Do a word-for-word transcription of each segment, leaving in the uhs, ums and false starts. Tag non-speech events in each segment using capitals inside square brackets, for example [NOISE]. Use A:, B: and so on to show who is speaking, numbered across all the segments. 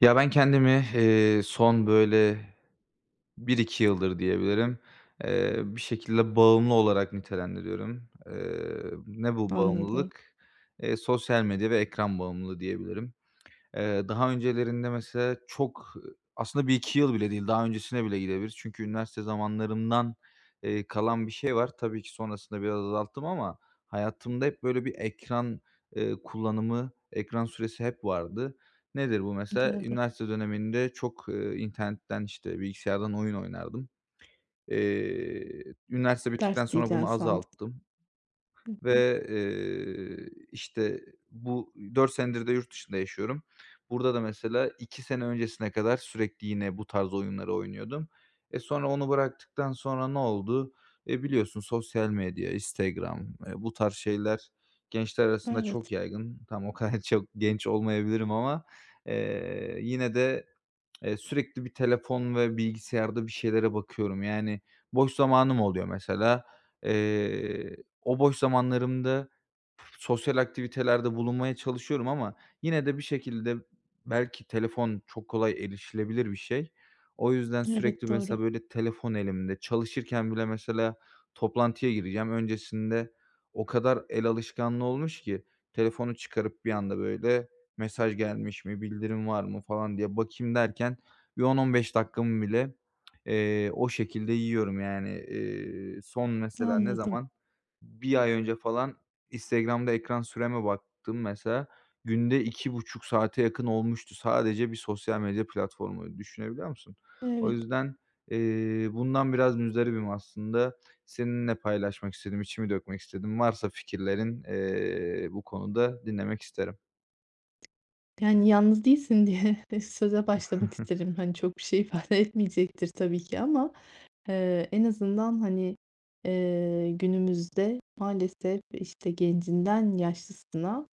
A: Ya, ben kendimi, eee, son böyle bir iki yıldır diyebilirim, eee, bir şekilde bağımlı olarak nitelendiriyorum. Eee, ne bu
B: Anladım.
A: bağımlılık? Eee, sosyal medya ve ekran bağımlılığı diyebilirim. Eee, daha öncelerinde mesela çok aslında bir iki yıl bile değil, daha öncesine bile gidebilir çünkü üniversite zamanlarımdan, eee, kalan bir şey var. Tabii ki sonrasında biraz azalttım ama hayatımda hep böyle bir ekran, eee, kullanımı, ekran süresi hep vardı. Nedir bu mesela?
B: Doğru.
A: Üniversite döneminde çok, eee, internetten, işte, bilgisayardan oyun oynardım. Eee, üniversite
B: Ders
A: bittikten sonra
B: diyeceksin
A: bunu
B: sandım.
A: azalttım.
B: Hı hı.
A: Ve, eee, işte, bu dört senedir de yurt dışında yaşıyorum. Burada da mesela iki sene öncesine kadar sürekli yine bu tarz oyunları oynuyordum. E, sonra onu bıraktıktan sonra ne oldu? E, biliyorsun sosyal medya, Instagram, eee, bu tarz şeyler gençler arasında
B: Evet,
A: çok yaygın. Tam o kadar [LAUGHS] çok genç olmayabilirim ama, eee, yine de Eee, sürekli bir telefon ve bilgisayarda bir şeylere bakıyorum. Yani boş zamanım oluyor mesela. Eee, O boş zamanlarımda sosyal aktivitelerde bulunmaya çalışıyorum ama yine de bir şekilde belki telefon çok kolay erişilebilir bir şey. O yüzden
B: evet,
A: sürekli
B: doğru.
A: mesela böyle telefon elimde. Çalışırken bile mesela toplantıya gireceğim. Öncesinde o kadar el alışkanlığı olmuş ki telefonu çıkarıp bir anda böyle mesaj gelmiş mi, bildirim var mı falan diye bakayım derken bir on on beş dakikamı bile, eee, o şekilde yiyorum yani. Eee, son mesela ne
B: Anladım.
A: zaman? Bir ay önce falan Instagram'da ekran süreme baktım mesela. Günde iki buçuk saate yakın olmuştu sadece bir sosyal medya platformu. Düşünebiliyor musun? O
B: Evet.
A: yüzden, eee, bundan biraz muzdaribim aslında. Seninle paylaşmak istedim, içimi dökmek istedim. Varsa fikirlerin, eee, bu konuda dinlemek isterim.
B: Yani yalnız değilsin diye [LAUGHS] söze başlamak
A: [LAUGHS]
B: isterim. Hani, çok bir şey ifade etmeyecektir tabii ki ama, eee, en azından, hani, eee, günümüzde maalesef, işte, gencinden yaşlısına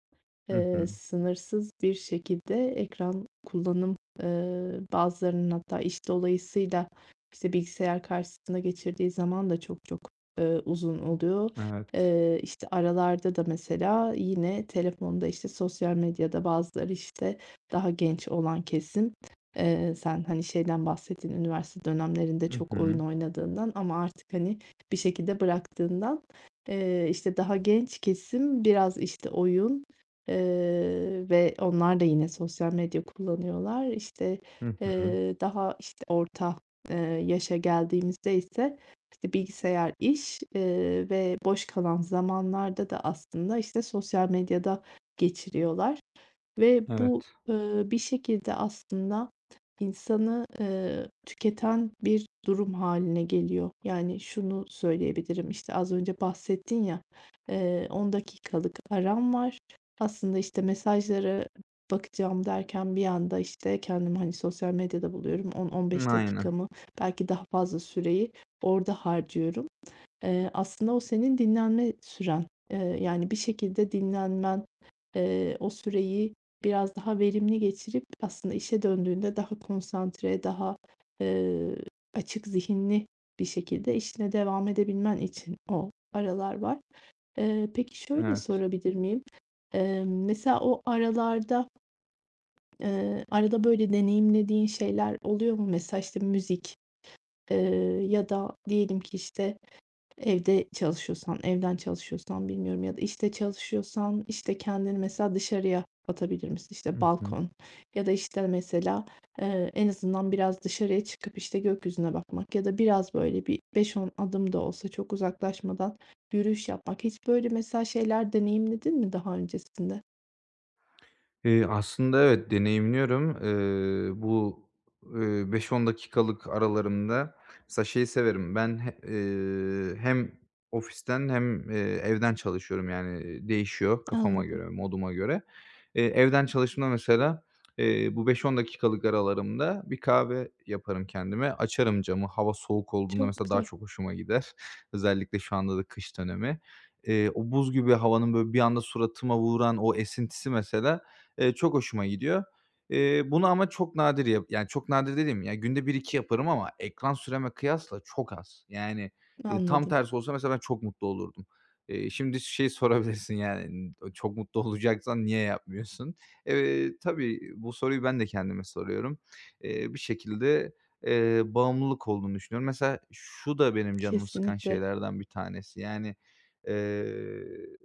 A: Hı
B: Eee,
A: hı.
B: sınırsız bir şekilde ekran kullanım, eee, bazılarının hatta iş dolayısıyla, işte, bilgisayar karşısında geçirdiği zaman da çok çok, eee, uzun oluyor.
A: Evet.
B: Eee, işte, aralarda da mesela yine telefonda, işte, sosyal medyada bazıları, işte, daha genç olan kesim, eee, sen, hani, şeyden bahsettin, üniversite dönemlerinde
A: Hı
B: çok oyun
A: hı.
B: oynadığından ama artık, hani, bir şekilde bıraktığından, eee, işte, daha genç kesim biraz, işte, oyun, Eee, ve onlar da yine sosyal medya kullanıyorlar. İşte,
A: Hı hı.
B: eee, daha, işte, orta, eee, yaşa geldiğimizde ise, işte, bilgisayar, iş, eee, ve boş kalan zamanlarda da aslında, işte, sosyal medyada geçiriyorlar. Ve bu,
A: Evet.
B: ııı, bir şekilde aslında insanı, eee, tüketen bir durum haline geliyor. Yani şunu söyleyebilirim, işte, az önce bahsettin ya, eee, on dakikalık aram var. Aslında, işte, mesajlara bakacağım derken bir anda, işte, kendimi, hani, sosyal medyada buluyorum. on on beş
A: Aynen.
B: dakikamı belki daha fazla süreyi orada harcıyorum. Eee, aslında o senin dinlenme süren. Eee, Yani bir şekilde dinlenmen, eee, o süreyi biraz daha verimli geçirip aslında işe döndüğünde daha konsantre, daha, eee, açık zihinli bir şekilde işine devam edebilmen için o aralar var. Eee, peki şöyle
A: Evet.
B: sorabilir miyim? Eee, mesela o aralarda, eee, arada böyle deneyimlediğin şeyler oluyor mu? Mesela, işte, müzik, eee, ya da diyelim ki, işte, evde çalışıyorsan, evden çalışıyorsan bilmiyorum ya da işte çalışıyorsan, işte, kendini mesela dışarıya atabilir misin? İşte,
A: Hı hı.
B: balkon ya da, işte, mesela, eee, en azından biraz dışarıya çıkıp, işte, gökyüzüne bakmak ya da biraz, böyle, bir beş on adım da olsa çok uzaklaşmadan yürüyüş yapmak. Hiç böyle mesela şeyler deneyimledin mi daha öncesinde?
A: Eee, aslında evet, deneyimliyorum. Eee, bu, eee, beş on dakikalık aralarında mesela şeyi severim ben he eee, hem ofisten hem, eee, evden çalışıyorum yani, değişiyor kafama
B: Anladım.
A: göre, moduma göre. Eee, evden çalıştığımda mesela, eee, bu beş-on dakikalık aralarımda bir kahve yaparım kendime. Açarım camı, hava soğuk olduğunda
B: Çok
A: mesela daha
B: güzel.
A: çok hoşuma gider. [LAUGHS] Özellikle şu anda da kış dönemi. Eee, o buz gibi havanın böyle bir anda suratıma vuran o esintisi mesela Eee, çok hoşuma gidiyor. Eee, bunu ama çok nadir yap yani çok nadir dediğim, ya günde bir iki yaparım ama ekran süreme kıyasla çok az. Yani, eee, tam
B: Anladım.
A: tersi olsa mesela ben çok mutlu olurdum. Eee, şimdi şeyi [LAUGHS] sorabilirsin yani, "Çok mutlu olacaksan niye yapmıyorsun?" Eee, tabii bu soruyu ben de kendime soruyorum. Eee, bir şekilde, eee, bağımlılık olduğunu düşünüyorum. Mesela şu da benim canımı sıkan
B: Kesinlikle.
A: şeylerden bir tanesi. Yani, eee,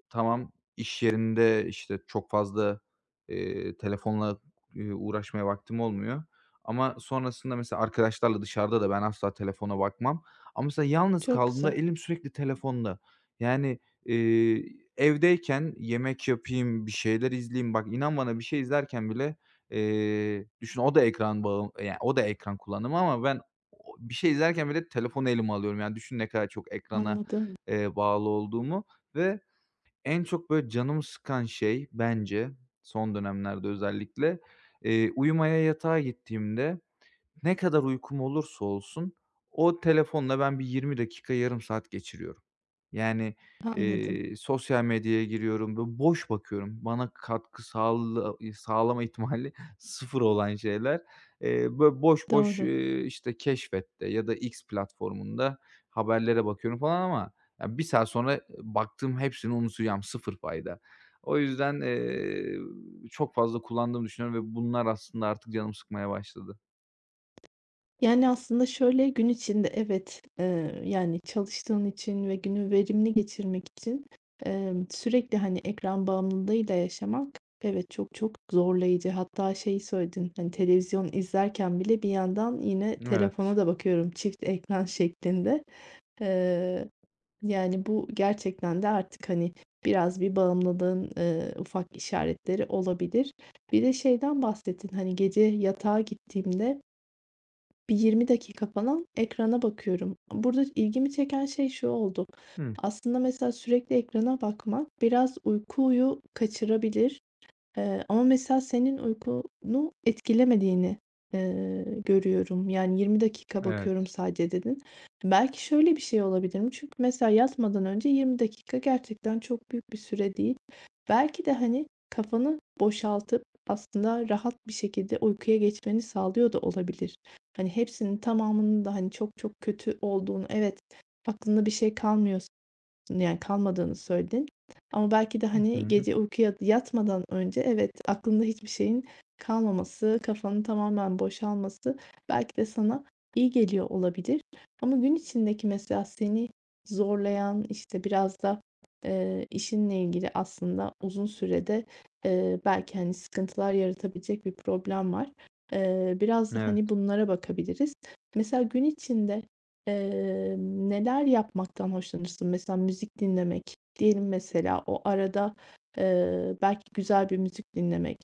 A: tamam, iş yerinde, işte, çok fazla Eee, telefonla, eee, uğraşmaya vaktim olmuyor ama sonrasında mesela arkadaşlarla dışarıda da ben asla telefona bakmam ama mesela yalnız
B: Çok
A: kaldığımda
B: güzel.
A: elim sürekli telefonda. Yani, eee, evdeyken yemek yapayım, bir şeyler izleyeyim, bak inan bana bir şey izlerken bile, eee, düşün o da ekran bağı yani o da ekran kullanımı ama ben o bir şey izlerken bile telefonu elime alıyorum. Yani düşün ne kadar çok ekrana,
B: Anladım,
A: eee, bağlı olduğumu ve en çok böyle canımı sıkan şey bence, son dönemlerde özellikle, eee, uyumaya yatağa gittiğimde ne kadar uykum olursa olsun o telefonla ben bir yirmi dakika, yarım saat geçiriyorum. Yani,
B: anladım.
A: eee, sosyal medyaya giriyorum ve boş bakıyorum. Bana katkı sağla sağlama ihtimali [LAUGHS] sıfır olan şeyler. Eee, böyle boş boş,
B: Doğru.
A: eee, işte, Keşfet'te ya da X platformunda haberlere bakıyorum falan ama ya bir saat sonra baktığım hepsini unutacağım, sıfır fayda. O yüzden, eee, çok fazla kullandığımı düşünüyorum ve bunlar aslında artık canımı sıkmaya başladı.
B: Yani, aslında şöyle, gün içinde evet, eee, yani, çalıştığın için ve günü verimli geçirmek için, emm, sürekli, hani, ekran bağımlılığıyla yaşamak evet, çok çok zorlayıcı. Hatta şey söyledin, hani, televizyon izlerken bile bir yandan yine
A: Evet.
B: telefona da bakıyorum çift ekran [LAUGHS] şeklinde. Eee, Yani, bu gerçekten de artık, hani, biraz bir bağımlılığın, eee, ufak işaretleri olabilir. Bir de şeyden bahsettin, hani, gece yatağa gittiğimde bir yirmi dakika falan ekrana bakıyorum. Burada ilgimi çeken şey şu oldu.
A: Hıh.
B: Aslında mesela sürekli ekrana bakmak biraz uykuyu kaçırabilir. Eee, ama mesela senin uykunu etkilemediğini, eee, görüyorum. Yani, "yirmi dakika bakıyorum
A: Evet.
B: sadece." dedin. Belki şöyle bir şey olabilir mi? Çünkü mesela yatmadan önce yirmi dakika gerçekten çok büyük bir süre değil. Belki de, hani, kafanı boşaltıp aslında rahat bir şekilde uykuya geçmeni sağlıyor da olabilir. Hani, hepsinin tamamının da, hani, çok çok kötü olduğunu, evet, aklında bir şey kalmıyor yani kalmadığını söyledin ama belki de,
A: Hı
B: hani,
A: hı.
B: gece uykuya yatmadan önce evet, aklında hiçbir şeyin kalmaması, kafanın tamamen boşalması belki de sana iyi geliyor olabilir. Ama gün içindeki mesela seni zorlayan, işte, biraz da, eee, işinle ilgili aslında uzun sürede, eee, belki, hani, sıkıntılar yaratabilecek bir problem var. Eee, biraz da, hani,
A: Evet.
B: bunlara bakabiliriz. Mesela gün içinde Eee, neler yapmaktan hoşlanırsın? Mesela müzik dinlemek, diyelim mesela o arada, eee, belki güzel bir müzik dinlemek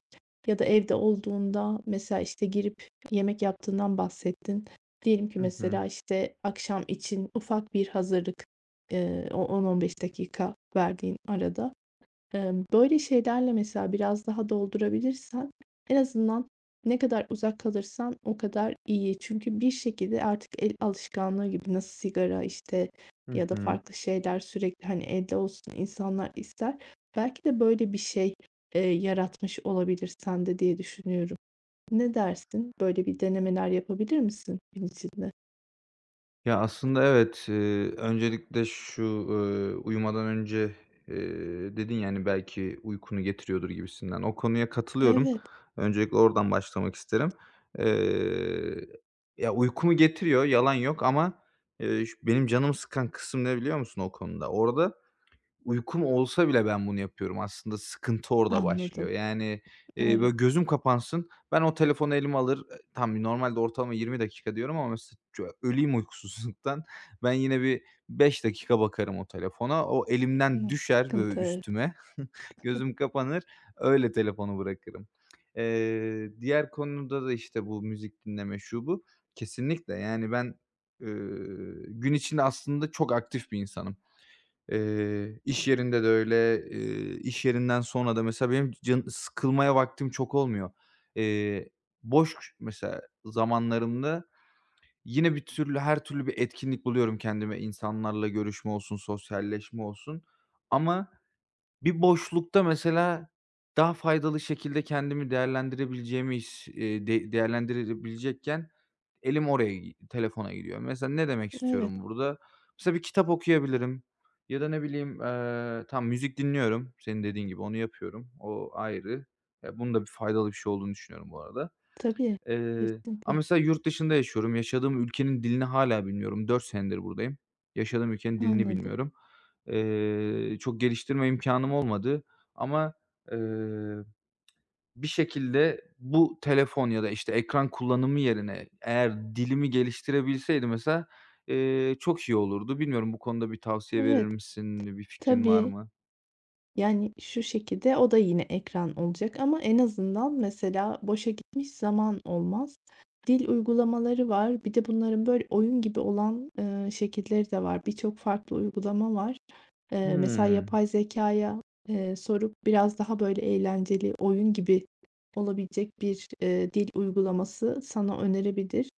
B: ya da evde olduğunda mesela, işte, girip yemek yaptığından bahsettin. Diyelim ki
A: Hı hı.
B: mesela, işte, akşam için ufak bir hazırlık, eee, o on on beş dakika verdiğin arada. Emm, böyle şeylerle mesela biraz daha doldurabilirsen en azından ne kadar uzak kalırsan o kadar iyi. Çünkü bir şekilde artık el alışkanlığı gibi nasıl sigara, işte,
A: Hı
B: ya da
A: hı.
B: farklı şeyler sürekli, hani, elde olsun insanlar ister. Belki de böyle bir şey, eee, yaratmış olabilir sende diye düşünüyorum. Ne dersin? Böyle bir denemeler yapabilir misin gün içinde?
A: Ya, aslında evet, eee, öncelikle şu, ııı, uyumadan önce, eee, dedin yani belki uykunu getiriyordur gibisinden. O konuya katılıyorum.
B: Evet,
A: Öncelikle oradan başlamak isterim. Eee, Ya, uykumu getiriyor, yalan yok ama, eee, ş benim canımı sıkan kısım ne biliyor musun o konuda? Orada uykum olsa bile ben bunu yapıyorum. Aslında sıkıntı orada
B: anladım.
A: başlıyor. Yani, eee,
B: Evet.
A: böyle gözüm kapansın, ben o telefonu elime alır, eee, tamam normalde ortalama yirmi dakika diyorum ama mesela ço öleyim uykusuzluktan. [LAUGHS] Ben yine bir beş dakika bakarım o telefona. O
B: Hımm.
A: elimden düşer böyle
B: Sıkıntı, evet.
A: üstüme. [LAUGHS] Gözüm kapanır, öyle telefonu bırakırım. Eee, diğer konuda da işte bu müzik dinleme, şu bu. Kesinlikle yani ben, eee, gün içinde aslında çok aktif bir insanım. Eee, iş yerinde de öyle, eee, iş yerinden sonra da mesela benim can sıkılmaya vaktim çok olmuyor. Eee, Boş mesela zamanlarımda yine bir türlü her türlü bir etkinlik buluyorum kendime. İnsanlarla görüşme olsun, sosyalleşme olsun ama bir boşlukta mesela daha faydalı şekilde kendimi değerlendirebileceğimi his eee, de değerlendirebilecekken elim oraya gi telefona gidiyor. Mesela ne demek
B: Evet,
A: istiyorum burada? Mesela bir kitap okuyabilirim ya da ne bileyim, eee, tamam müzik dinliyorum. Senin dediğin gibi onu yapıyorum. O ayrı. Ya, bunun da bir faydalı bir şey olduğunu düşünüyorum bu arada.
B: tabii.
A: Eee,
B: Kesinlikle.
A: ama mesela yurt dışında yaşıyorum. Yaşadığım ülkenin dilini hâlâ bilmiyorum. Dört senedir buradayım. Yaşadığım ülkenin dilini
B: Anladım.
A: bilmiyorum. Eee, çok geliştirme imkânım olmadı ama, eee, bir şekilde bu telefon ya da, işte, ekran kullanımı yerine eğer dilimi geliştirebilseydim mesela, eee, çok iyi olurdu. Bilmiyorum bu konuda bir tavsiye verir
B: Evet.
A: misin? Bir fikrin var
B: Tabii,
A: mı?
B: yani, şu şekilde, o da yine ekran olacak ama en azından mesela boşa gitmiş zaman olmaz. Dil uygulamaları var. Bir de bunların böyle oyun gibi olan, ııı, şekilleri de var. Birçok farklı uygulama var. Eee, mesela
A: Hımm.
B: yapay zekaya eee, sorup biraz daha böyle eğlenceli, oyun gibi olabilecek bir, eee, dil uygulaması sana önerebilir.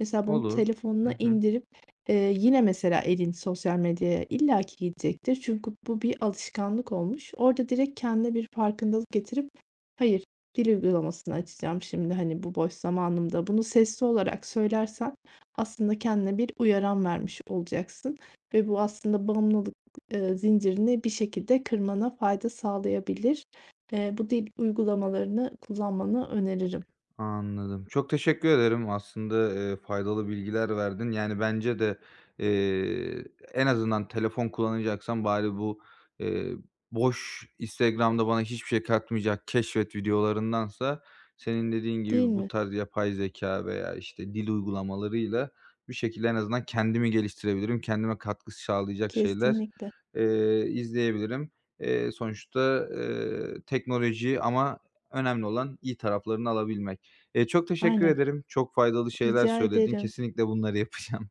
B: Mesela bunu
A: Olur. Hı
B: telefonuna
A: hı.
B: indirip, eee, yine mesela elin sosyal medyaya illaki gidecektir. Çünkü bu bir alışkanlık olmuş. Orada direkt kendine bir farkındalık getirip, "Hayır, dil uygulamasını açacağım şimdi, hani, bu boş zamanımda." Bunu sesli olarak söylersen aslında kendine bir uyaran vermiş olacaksın ve bu aslında bağımlılık, eee, zincirini bir şekilde kırmana fayda sağlayabilir. Eee, bu dil uygulamalarını kullanmanı öneririm.
A: Anladım. Çok teşekkür ederim. Aslında, eee, faydalı bilgiler verdin. Yani, bence de, eee, en azından telefon kullanacaksam bari bu, eee, boş Instagram'da bana hiçbir şey katmayacak keşfet videolarındansa senin dediğin
B: Değil
A: gibi
B: mi?
A: bu tarz yapay zeka veya, işte, dil uygulamalarıyla bir şekilde en azından kendimi geliştirebilirim. Kendime katkı sağlayacak şeyler,
B: Kesinlikle.
A: eee, izleyebilirim. Eee, sonuçta, eee, teknoloji ama önemli olan iyi taraflarını alabilmek. Eee, çok teşekkür
B: Aynen.
A: ederim. Çok faydalı şeyler
B: Rica
A: söyledin.
B: ederim.
A: Kesinlikle bunları yapacağım.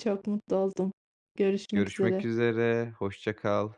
B: Çok mutlu oldum.
A: [LAUGHS]
B: Görüşmek
A: Görüşmek
B: üzere.
A: üzere, hoşça kal.